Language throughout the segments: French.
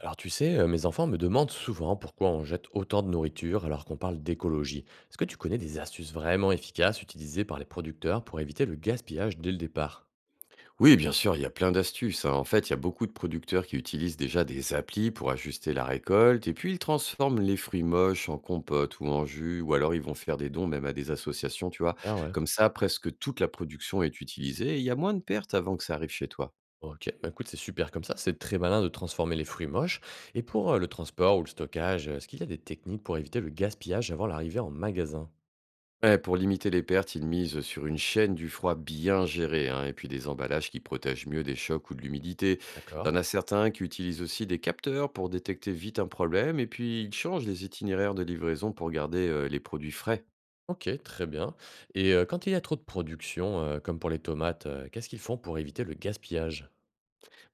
Alors tu sais, mes enfants me demandent souvent pourquoi on jette autant de nourriture alors qu'on parle d'écologie. Est-ce que tu connais des astuces vraiment efficaces utilisées par les producteurs pour éviter le gaspillage dès le départ? Oui, bien sûr, il y a plein d'astuces, hein. En fait, il y a beaucoup de producteurs qui utilisent déjà des applis pour ajuster la récolte, et puis ils transforment les fruits moches en compote ou en jus, ou alors ils vont faire des dons même à des associations, tu vois. Ah ouais. Comme ça, presque toute la production est utilisée, et il y a moins de pertes avant que ça arrive chez toi. Ok, bah écoute, c'est super comme ça, c'est très malin de transformer les fruits moches. Et pour le transport ou le stockage, est-ce qu'il y a des techniques pour éviter le gaspillage avant l'arrivée en magasin? Ouais, pour limiter les pertes, ils misent sur une chaîne du froid bien gérée, hein, et puis des emballages qui protègent mieux des chocs ou de l'humidité. D'accord. T'en as certains qui utilisent aussi des capteurs pour détecter vite un problème, et puis ils changent les itinéraires de livraison pour garder les produits frais. Ok, très bien. Et quand il y a trop de production, comme pour les tomates, qu'est-ce qu'ils font pour éviter le gaspillage?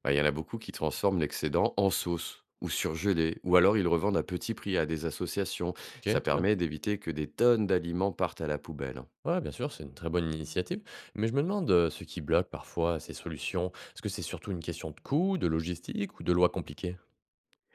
Bah, il y en a beaucoup qui transforment l'excédent en sauce ou surgelé, ou alors ils revendent à petit prix à des associations. Ok, Ça très bien. permet d'éviter que des tonnes d'aliments partent à la poubelle. Ouais, bien sûr, c'est une très bonne initiative. Mais je me demande ce qui bloque parfois ces solutions. Est-ce que c'est surtout une question de coût, de logistique ou de lois compliquées?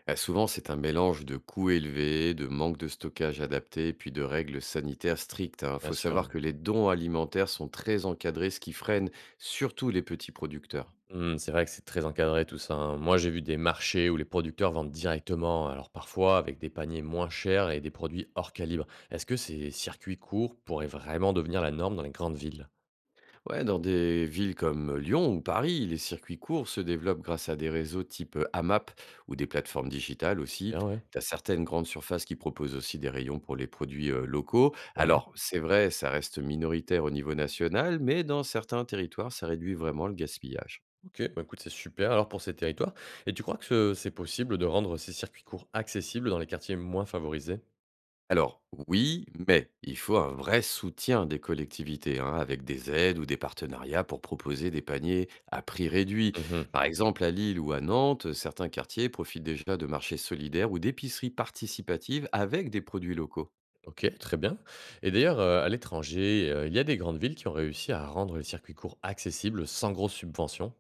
Ah, souvent, c'est un mélange de coûts élevés, de manque de stockage adapté, et puis de règles sanitaires strictes. Il Bien faut sûr. savoir que les dons alimentaires sont très encadrés, ce qui freine surtout les petits producteurs. Hmm, c'est vrai que c'est très encadré tout ça, hein. Moi, j'ai vu des marchés où les producteurs vendent directement, alors parfois avec des paniers moins chers et des produits hors calibre. Est-ce que ces circuits courts pourraient vraiment devenir la norme dans les grandes villes? Ouais, dans des villes comme Lyon ou Paris, les circuits courts se développent grâce à des réseaux type AMAP ou des plateformes digitales aussi. Bien, ouais. Tu as certaines grandes surfaces qui proposent aussi des rayons pour les produits locaux. Ouais. Alors, c'est vrai, ça reste minoritaire au niveau national, mais dans certains territoires, ça réduit vraiment le gaspillage. Ok, bah écoute, c'est super alors pour ces territoires. Et tu crois que c'est possible de rendre ces circuits courts accessibles dans les quartiers moins favorisés? Alors oui, mais il faut un vrai soutien des collectivités, hein, avec des aides ou des partenariats pour proposer des paniers à prix réduit. Mhm. Par exemple, à Lille ou à Nantes, certains quartiers profitent déjà de marchés solidaires ou d'épiceries participatives avec des produits locaux. OK, très bien. Et d'ailleurs, à l'étranger, il y a des grandes villes qui ont réussi à rendre les circuits courts accessibles sans grosses subventions?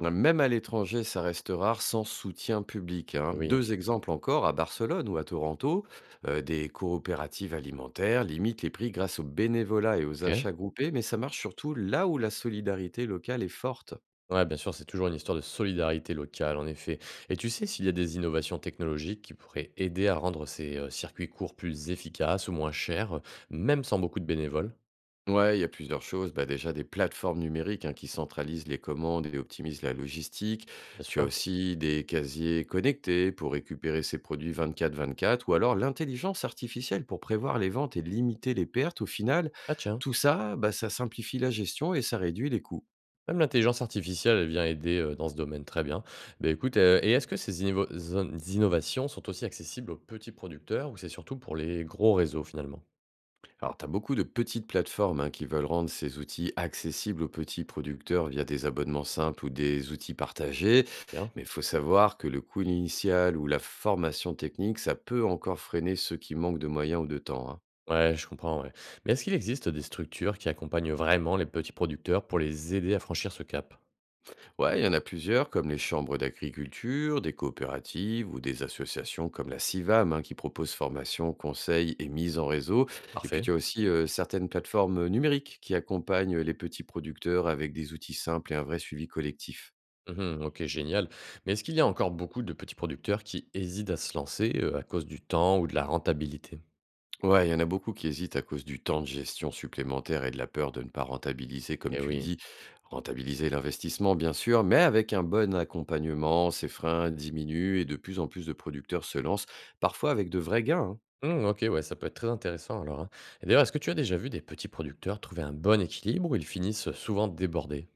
Même à l'étranger, ça reste rare sans soutien public, hein. Oui, Deux exemples encore, à Barcelone ou à Toronto, des coopératives alimentaires limitent les prix grâce au bénévolat et aux OK. achats groupés, mais ça marche surtout là où la solidarité locale est forte. Ouais, bien sûr, c'est toujours une histoire de solidarité locale, en effet. Et tu sais s'il y a des innovations technologiques qui pourraient aider à rendre ces, circuits courts plus efficaces ou moins chers, même sans beaucoup de bénévoles? Ouais, il y a plusieurs choses. Bah, déjà, des plateformes numériques, hein, qui centralisent les commandes et optimisent la logistique. Bien Tu as sûr. aussi des casiers connectés pour récupérer ces produits 24-24 ou alors l'intelligence artificielle pour prévoir les ventes et limiter les pertes. Au final, Ah tiens, tout ça, bah, ça simplifie la gestion et ça réduit les coûts. même l'intelligence artificielle, elle vient aider, dans ce domaine, très bien. Ben écoute, et est-ce que ces innévo zone innovations sont aussi accessibles aux petits producteurs ou c'est surtout pour les gros réseaux, finalement? Alors, tu as beaucoup de petites plateformes, hein, qui veulent rendre ces outils accessibles aux petits producteurs via des abonnements simples ou des outils partagés. Bien. Mais il faut savoir que le coût initial ou la formation technique, ça peut encore freiner ceux qui manquent de moyens ou de temps, hein. Ouais, je comprends, ouais. Mais est-ce qu'il existe des structures qui accompagnent vraiment les petits producteurs pour les aider à franchir ce cap? Ouais, il y en a plusieurs, comme les chambres d'agriculture, des coopératives ou des associations comme la CIVAM, hein, qui proposent formation, conseils et mise en réseau. Et puis, Parfait. tu as aussi certaines plateformes numériques qui accompagnent les petits producteurs avec des outils simples et un vrai suivi collectif. Mhm, ok, génial. Mais est-ce qu'il y a encore beaucoup de petits producteurs qui hésitent à se lancer à cause du temps ou de la rentabilité? Ouais, il y en a beaucoup qui hésitent à cause du temps de gestion supplémentaire et de la peur de ne pas rentabiliser, comme Eh tu le oui. dis. Rentabiliser l'investissement, bien sûr, mais avec un bon accompagnement, ces freins diminuent et de plus en plus de producteurs se lancent, parfois avec de vrais gains, hein. Hmm, ok, ouais, ça peut être très intéressant alors, hein. Et d'ailleurs, est-ce que tu as déjà vu des petits producteurs trouver un bon équilibre où ils finissent souvent débordés?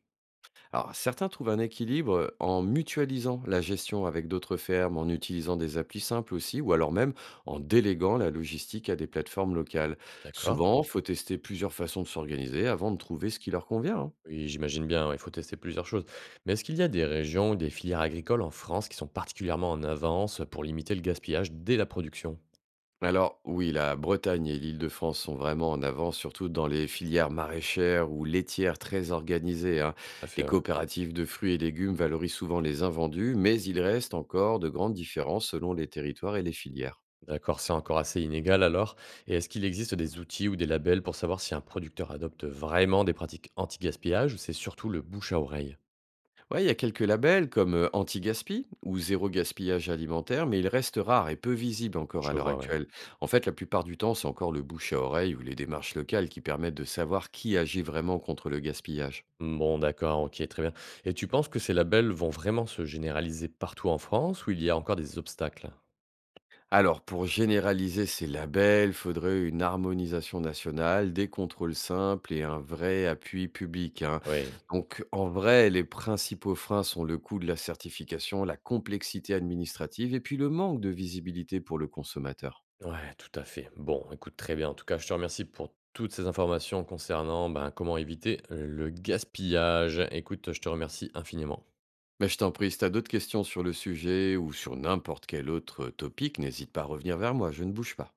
Alors, certains trouvent un équilibre en mutualisant la gestion avec d'autres fermes, en utilisant des applis simples aussi, ou alors même en déléguant la logistique à des plateformes locales. D'accord. Souvent, faut tester plusieurs façons de s'organiser avant de trouver ce qui leur convient, hein. Oui, j'imagine bien, ouais, il faut tester plusieurs choses. Mais est-ce qu'il y a des régions ou des filières agricoles en France qui sont particulièrement en avance pour limiter le gaspillage dès la production? Alors oui, la Bretagne et l'Île-de-France sont vraiment en avance, surtout dans les filières maraîchères ou laitières très organisées, hein. Ça fait, Les ouais. coopératives de fruits et légumes valorisent souvent les invendus, mais il reste encore de grandes différences selon les territoires et les filières. D'accord, c'est encore assez inégal alors. Et est-ce qu'il existe des outils ou des labels pour savoir si un producteur adopte vraiment des pratiques anti-gaspillage ou c'est surtout le bouche à oreille? Ouais, il y a quelques labels comme Anti-Gaspi ou Zéro Gaspillage Alimentaire, mais ils restent rares et peu visibles encore Je à l'heure vois, ouais. actuelle. En fait, la plupart du temps, c'est encore le bouche à oreille ou les démarches locales qui permettent de savoir qui agit vraiment contre le gaspillage. Bon, d'accord, ok, très bien. Et tu penses que ces labels vont vraiment se généraliser partout en France ou il y a encore des obstacles? Alors, pour généraliser ces labels, faudrait une harmonisation nationale, des contrôles simples et un vrai appui public, hein. Oui. Donc, en vrai, les principaux freins sont le coût de la certification, la complexité administrative et puis le manque de visibilité pour le consommateur. Ouais, tout à fait. Bon, écoute, très bien. En tout cas, je te remercie pour toutes ces informations concernant ben, comment éviter le gaspillage. Écoute, je te remercie infiniment. Mais je t'en prie, si tu as d'autres questions sur le sujet ou sur n'importe quel autre topic, n'hésite pas à revenir vers moi, je ne bouge pas.